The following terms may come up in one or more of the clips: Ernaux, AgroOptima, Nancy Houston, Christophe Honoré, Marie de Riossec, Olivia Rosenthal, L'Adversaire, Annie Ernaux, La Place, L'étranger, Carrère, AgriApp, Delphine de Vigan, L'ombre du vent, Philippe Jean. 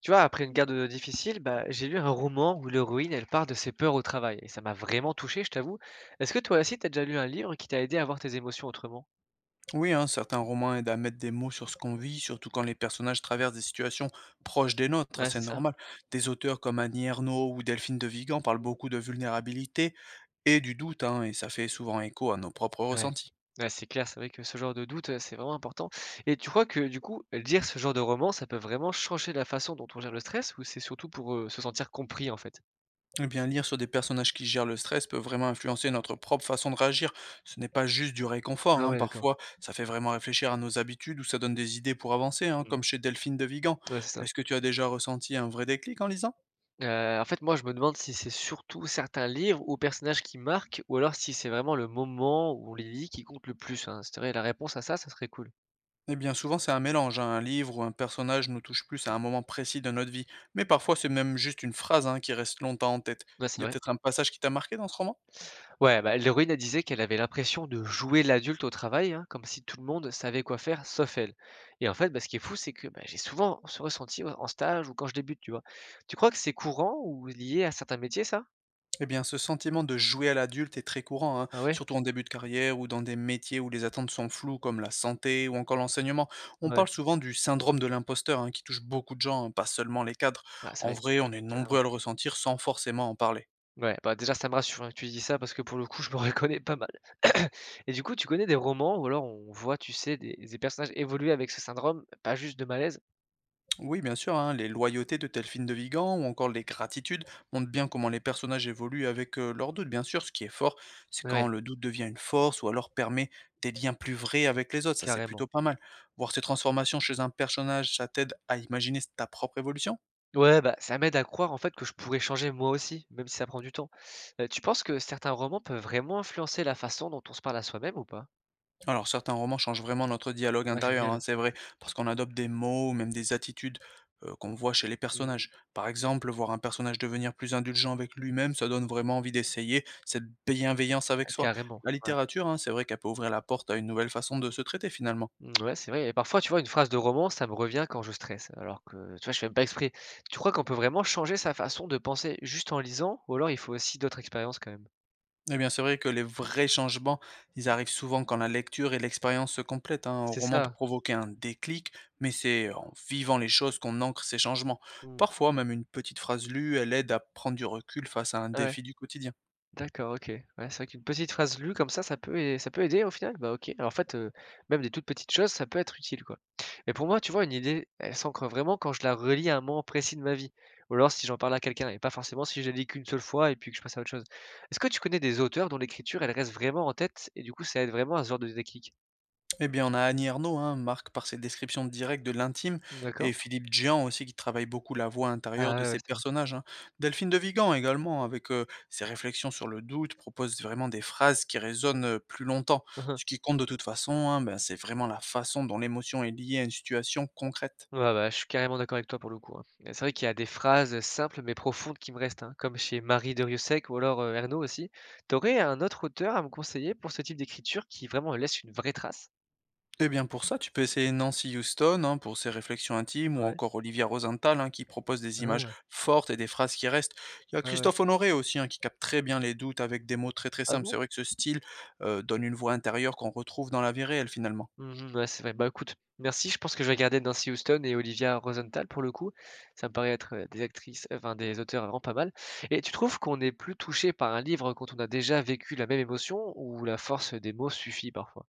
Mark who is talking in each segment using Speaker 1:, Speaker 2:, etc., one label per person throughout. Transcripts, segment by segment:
Speaker 1: Tu vois, après une garde, difficile, bah, j'ai lu un roman où l'héroïne, elle part de ses peurs au travail et ça m'a vraiment touché, je t'avoue. Est-ce que toi aussi, t'as déjà lu un livre qui t'a aidé à voir tes émotions autrement?
Speaker 2: Oui, hein, certains romans aident à mettre des mots sur ce qu'on vit, surtout quand les personnages traversent des situations proches des nôtres,
Speaker 1: Ouais,
Speaker 2: c'est
Speaker 1: c'est ça.
Speaker 2: normal. Des auteurs comme Annie Ernaux ou Delphine de Vigan parlent
Speaker 1: Mmh.
Speaker 2: beaucoup de vulnérabilité et du doute, hein, et ça fait souvent écho à nos propres
Speaker 1: Ouais.
Speaker 2: ressentis.
Speaker 1: Ouais, c'est clair, c'est vrai que ce genre de doute, c'est vraiment important et tu crois que, du coup, lire ce genre de roman, ça peut vraiment changer la façon dont on gère le stress ou c'est surtout pour, se sentir compris, en fait?
Speaker 2: Eh bien, lire sur des personnages qui gèrent le stress peut vraiment influencer notre propre façon de réagir. Ce n'est pas juste du réconfort,
Speaker 1: Ah
Speaker 2: hein.
Speaker 1: ouais, d'accord.
Speaker 2: Parfois ça fait vraiment réfléchir à nos habitudes ou ça donne des idées pour avancer, hein,
Speaker 1: Mmh.
Speaker 2: comme chez Delphine de Vigan.
Speaker 1: Ouais, c'est ça.
Speaker 2: Est-ce que tu as déjà ressenti un vrai déclic en lisant?
Speaker 1: En fait, moi, je me demande si c'est surtout certains livres ou personnages qui marquent ou alors si c'est vraiment le moment où on les lit qui compte le plus, hein. Si tu aurais la réponse à ça, ça serait cool.
Speaker 2: Eh bien, souvent, c'est un mélange, hein. Un livre ou un personnage nous touche plus à un moment précis de notre vie. Mais parfois, c'est même juste une phrase, hein, qui reste longtemps en tête.
Speaker 1: Ouais, c'est
Speaker 2: Il y a
Speaker 1: vrai.
Speaker 2: peut-être un passage qui t'a marqué dans ce roman.
Speaker 1: Ouais, bah, l'héroïne, elle disait qu'elle avait l'impression de jouer l'adulte au travail, hein, comme si tout le monde savait quoi faire sauf elle et en fait, bah, ce qui est fou, c'est que, bah, j'ai souvent ce ressenti, ouais, en stage ou quand je débute, tu vois? Tu crois que c'est courant ou lié à certains métiers ça?
Speaker 2: Eh bien, ce sentiment de jouer à l'adulte est très courant, hein,
Speaker 1: Ah ouais?
Speaker 2: surtout en début de carrière ou dans des métiers où les attentes sont floues, comme la santé ou encore l'enseignement. On
Speaker 1: Ouais.
Speaker 2: parle souvent du syndrome de l'imposteur, hein, qui touche beaucoup de gens, hein, pas seulement les cadres.
Speaker 1: Ah, c'est
Speaker 2: En
Speaker 1: vrai,
Speaker 2: vrai, on est nombreux
Speaker 1: carrément.
Speaker 2: à le ressentir sans forcément en parler.
Speaker 1: Ouais, bah, déjà ça me rassure, hein, que tu dis ça parce que pour le coup je me reconnais pas mal. Et du coup, tu connais des romans où alors on voit, tu sais, des personnages évoluer avec ce syndrome, pas juste de malaise?
Speaker 2: Oui, bien sûr, hein, Les Loyautés de Delphine de Vigan ou encore Les Gratitudes montrent bien comment les personnages évoluent avec leurs doutes. Bien sûr, ce qui est fort, c'est quand
Speaker 1: Ouais,
Speaker 2: le doute devient une force ou alors permet des liens plus vrais avec les autres. Ça, c'est plutôt
Speaker 1: carrément.
Speaker 2: pas mal. Voir ces transformations chez un personnage, ça t'aide à imaginer ta propre évolution.
Speaker 1: Ouais, bah, ça m'aide à croire en fait que je pourrais changer moi aussi, même si ça prend du temps. Tu penses que certains romans peuvent vraiment influencer la façon dont on se parle à soi-même ou pas?
Speaker 2: Alors certains romans changent vraiment notre dialogue
Speaker 1: Ah
Speaker 2: intérieur, hein,
Speaker 1: génial.
Speaker 2: c'est vrai, parce qu'on adopte des mots ou même des attitudes qu'on voit chez les
Speaker 1: Mmh.
Speaker 2: personnages. Par exemple, voir un personnage devenir plus indulgent avec lui-même, ça donne vraiment envie d'essayer cette bienveillance
Speaker 1: Ah
Speaker 2: avec soi.
Speaker 1: carrément,
Speaker 2: La
Speaker 1: ouais.
Speaker 2: littérature, hein, c'est vrai qu'elle peut ouvrir la porte à une nouvelle façon de se traiter finalement.
Speaker 1: Mmh, ouais, c'est vrai et parfois, tu vois, une phrase de roman, ça me revient quand je stresse, alors que, tu vois, je fais même pas exprès. Tu crois qu'on peut vraiment changer sa façon de penser juste en lisant ou alors il faut aussi d'autres expériences quand même?
Speaker 2: Eh bien, c'est vrai que les vrais changements, ils arrivent souvent quand la lecture et l'expérience se complètent, hein. Un
Speaker 1: C'est
Speaker 2: roman peut
Speaker 1: ça?
Speaker 2: provoquer un déclic, mais c'est en vivant les choses qu'on ancre ces changements.
Speaker 1: Mm.
Speaker 2: Parfois, même une petite phrase lue, elle aide à prendre du recul face à un
Speaker 1: Ah ouais.
Speaker 2: défi du quotidien.
Speaker 1: D'accord, OK. Ouais, c'est vrai qu'une petite phrase lue comme ça peut ai ça peut aider au final? Bah, OK. Alors en fait, même des toutes petites choses, ça peut être utile, quoi. Mais pour moi, tu vois, une idée, elle s'ancre vraiment quand je la relie à un moment précis de ma vie ou alors si j'en parle à quelqu'un et pas forcément si je la lis qu'une seule fois et puis que je passe à autre chose. Est-ce que tu connais des auteurs dont l'écriture, elle reste vraiment en tête et du coup, ça aide vraiment à ce genre de déclic?
Speaker 2: Eh bien, on a Annie Ernaux, hein, marque par ses descriptions directes de l'intime,
Speaker 1: D'accord.
Speaker 2: et Philippe Jean aussi, qui travaille beaucoup la voix intérieure
Speaker 1: Ah
Speaker 2: de
Speaker 1: ouais, ouais,
Speaker 2: ses
Speaker 1: c'est vrai.
Speaker 2: personnages, hein. Delphine de Vigan également, avec ses réflexions sur le doute, propose vraiment des phrases qui résonnent plus longtemps. Ce qui compte de toute façon, hein, ben, c'est vraiment la façon dont l'émotion est liée à une situation concrète.
Speaker 1: Ouais, bah, je suis carrément d'accord avec toi pour le coup, hein. Et c'est vrai qu'il y a des phrases, simples mais profondes qui me restent, hein, comme chez Marie de Riossec ou alors, Ernaux aussi. T'aurais un autre auteur à me conseiller pour ce type d'écriture qui vraiment laisse une vraie trace?
Speaker 2: Eh bien pour ça, tu peux essayer Nancy Houston, hein, pour ses réflexions intimes, ou
Speaker 1: Ouais.
Speaker 2: encore Olivia Rosenthal, hein, qui propose des images
Speaker 1: Ah,
Speaker 2: fortes et des phrases qui restent. Il y a
Speaker 1: ouais, ouais.
Speaker 2: Christophe Honoré aussi, hein, qui capte très bien les doutes avec des mots très très
Speaker 1: Ah
Speaker 2: simples.
Speaker 1: bon?
Speaker 2: C'est vrai que ce style donne une voix intérieure qu'on retrouve dans la vie réelle finalement.
Speaker 1: Mmh ouais, c'est vrai. Bah, écoute, merci, je pense que je vais regarder Nancy Houston et Olivia Rosenthal pour le coup. Ça me paraît être, des actrices enfin des auteurs vraiment pas mal. Et tu trouves qu'on est plus touché par un livre quand on a déjà vécu la même émotion ou la force des mots suffit parfois?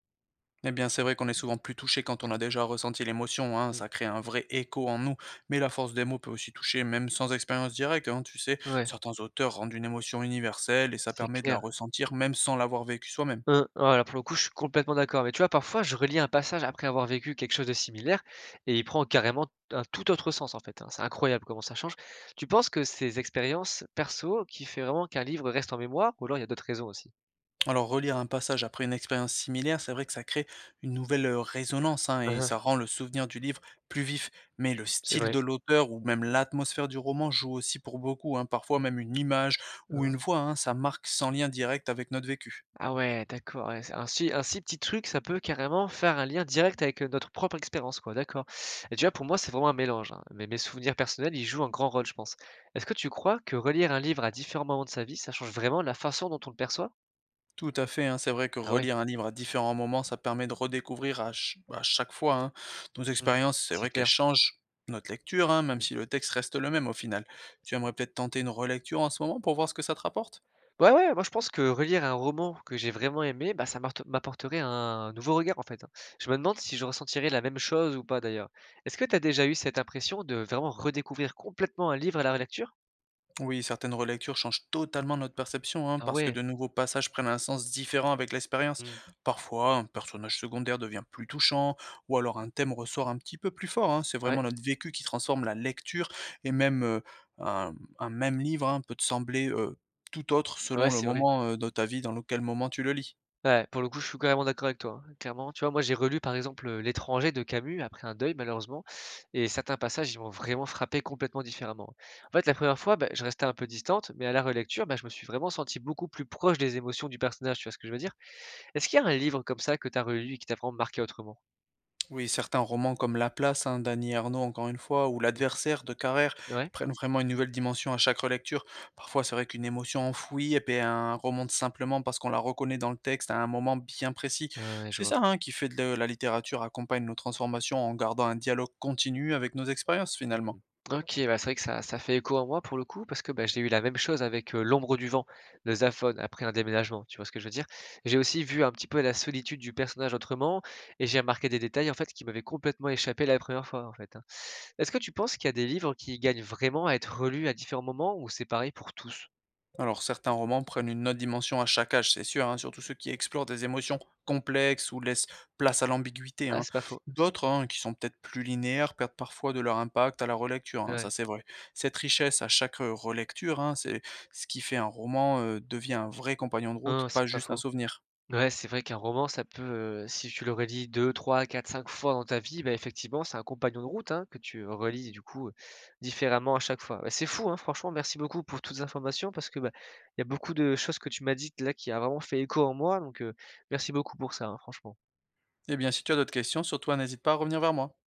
Speaker 2: Eh bien c'est vrai qu'on est souvent plus touché quand on a déjà ressenti l'émotion, hein,
Speaker 1: Mmh.
Speaker 2: ça crée un vrai écho en nous, mais la force des mots peut aussi toucher même sans expérience directe, hein, tu sais,
Speaker 1: Ouais,
Speaker 2: certains auteurs rendent une émotion universelle et ça
Speaker 1: c'est
Speaker 2: permet de la
Speaker 1: clair.
Speaker 2: ressentir même sans l'avoir vécue soi-même.
Speaker 1: Voilà, pour le coup, je suis complètement d'accord. Mais tu vois, parfois, je relis un passage après avoir vécu quelque chose de similaire et il prend carrément un tout autre sens, en fait, hein. C'est incroyable comment ça change. Tu penses que ces expériences perso qui fait vraiment qu'un livre reste en mémoire ou alors il y a d'autres raisons aussi?
Speaker 2: Alors relire un passage après une expérience similaire, c'est vrai que ça crée une nouvelle résonance, hein,
Speaker 1: Hein,
Speaker 2: et
Speaker 1: hein,
Speaker 2: ça rend le souvenir du livre plus vif. Mais le
Speaker 1: c'est
Speaker 2: style
Speaker 1: vrai.
Speaker 2: de l'auteur ou même l'atmosphère du roman joue aussi pour beaucoup, hein. Parfois même une image
Speaker 1: Hein,
Speaker 2: ou
Speaker 1: hein.
Speaker 2: une voix, hein, ça marque sans lien direct avec notre vécu.
Speaker 1: Ah ouais, d'accord, ouais, c'est un si petit truc, ça peut carrément faire un lien direct avec, notre propre expérience, quoi, d'accord. Et tu vois, pour moi, c'est vraiment un mélange, hein, mais mes souvenirs personnels, ils jouent un grand rôle, je pense. Est-ce que tu crois que relire un livre à différents moments de sa vie, ça change vraiment la façon dont on le perçoit?
Speaker 2: Tout à fait, hein, c'est vrai que
Speaker 1: Ah ouais,
Speaker 2: relire un livre à différents moments, ça permet de redécouvrir à, à chaque fois, hein, nos
Speaker 1: mmh,
Speaker 2: expériences. C'est
Speaker 1: c'est
Speaker 2: vrai qu'elles
Speaker 1: clair.
Speaker 2: changent notre lecture, hein, même
Speaker 1: Mmh.
Speaker 2: si le texte reste le même au final. Tu aimerais peut-être tenter une relecture en ce moment pour voir ce que ça te rapporte.
Speaker 1: Ouais, ouais, moi je pense que relire un roman que j'ai vraiment aimé, bah, ça m'arte m'apporterait un nouveau regard, en fait, hein. Je me demande si je ressentirais la même chose ou pas d'ailleurs. Est-ce que tu as déjà eu cette impression de vraiment redécouvrir complètement un livre à la relecture?
Speaker 2: Oui, certaines relectures changent totalement notre perception, hein,
Speaker 1: Ah
Speaker 2: parce que
Speaker 1: ouais,
Speaker 2: de nouveaux passages prennent un sens différent avec l'expérience.
Speaker 1: mmh,
Speaker 2: Parfois, un personnage secondaire devient plus touchant, ou alors un thème ressort un petit peu plus fort, hein. C'est
Speaker 1: ouais,
Speaker 2: vraiment notre vécu qui transforme la lecture, et même un, un même livre, hein, peut te sembler tout autre
Speaker 1: ouais,
Speaker 2: selon le
Speaker 1: c'est vrai.
Speaker 2: moment de ta vie dans lequel moment tu le lis.
Speaker 1: Ouais, pour le coup, je suis carrément d'accord avec toi, hein. Clairement, tu vois, moi, j'ai relu, par exemple, «L'étranger» de Camus après un deuil, malheureusement et certains passages, ils m'ont vraiment frappé complètement différemment. Hein. En fait, la première fois, bah, je restais un peu distante, mais à la relecture, bah, je me suis vraiment senti beaucoup plus proche des émotions du personnage, tu vois ce que je veux dire? Est-ce qu'il y a un livre comme ça que tu as relu et qui t'a vraiment marqué autrement?
Speaker 2: Oui, certains romans comme La Place, hein, d'Annie Ernaux, encore une fois, ou
Speaker 1: Mmh.
Speaker 2: L'Adversaire de Carrère, ils
Speaker 1: Ouais?
Speaker 2: prennent vraiment une nouvelle dimension à chaque relecture. Parfois, c'est vrai qu'une émotion enfouie, et puis un remonte simplement parce qu'on la reconnaît dans le texte à un moment bien précis.
Speaker 1: Ouais, ouais, je
Speaker 2: C'est
Speaker 1: vois.
Speaker 2: ça, hein, qui fait de la littérature accompagne nos transformations en gardant un dialogue continu avec nos expériences
Speaker 1: Mmh.
Speaker 2: finalement.
Speaker 1: OK, ouais, c'est vrai que ça fait écho à moi pour le coup parce que, bah, j'ai eu la même chose avec, L'ombre du vent de Zafon après un déménagement, tu vois ce que je veux dire? J'ai aussi vu un petit peu la solitude du personnage autrement et j'ai remarqué des détails en fait qui m'avaient complètement échappé la première fois en fait, hein. Est-ce que tu penses qu'il y a des livres qui gagnent vraiment à être relus à différents moments ou c'est pareil pour tous?
Speaker 2: Alors certains romans prennent une autre dimension à chaque âge, c'est sûr, hein, surtout ceux qui explorent des émotions complexes ou laissent place à l'ambiguïté,
Speaker 1: Ah,
Speaker 2: hein.
Speaker 1: c'est pas faux.
Speaker 2: D'autres, hein, qui sont peut-être plus linéaires, perdent parfois de leur impact à la relecture, hein,
Speaker 1: Ouais.
Speaker 2: ça c'est vrai. Cette richesse à chaque relecture, hein, c'est ce qui fait un roman devient un vrai compagnon de route,
Speaker 1: Non,
Speaker 2: pas
Speaker 1: c'est pas
Speaker 2: juste un
Speaker 1: faux.
Speaker 2: souvenir.
Speaker 1: Ouais, c'est vrai qu'un roman, ça peut, si tu le relis deux, trois, quatre, cinq fois dans ta vie, bah, effectivement, c'est un compagnon de route, hein, que tu relis du coup, différemment à chaque fois. Bah, c'est fou, hein, franchement, merci beaucoup pour toutes les informations parce que, bah, il y a beaucoup de choses que tu m'as dites là qui a vraiment fait écho en moi, donc merci beaucoup pour ça, hein, franchement.
Speaker 2: Eh bien, si tu as d'autres questions, surtout n'hésite pas à revenir vers moi.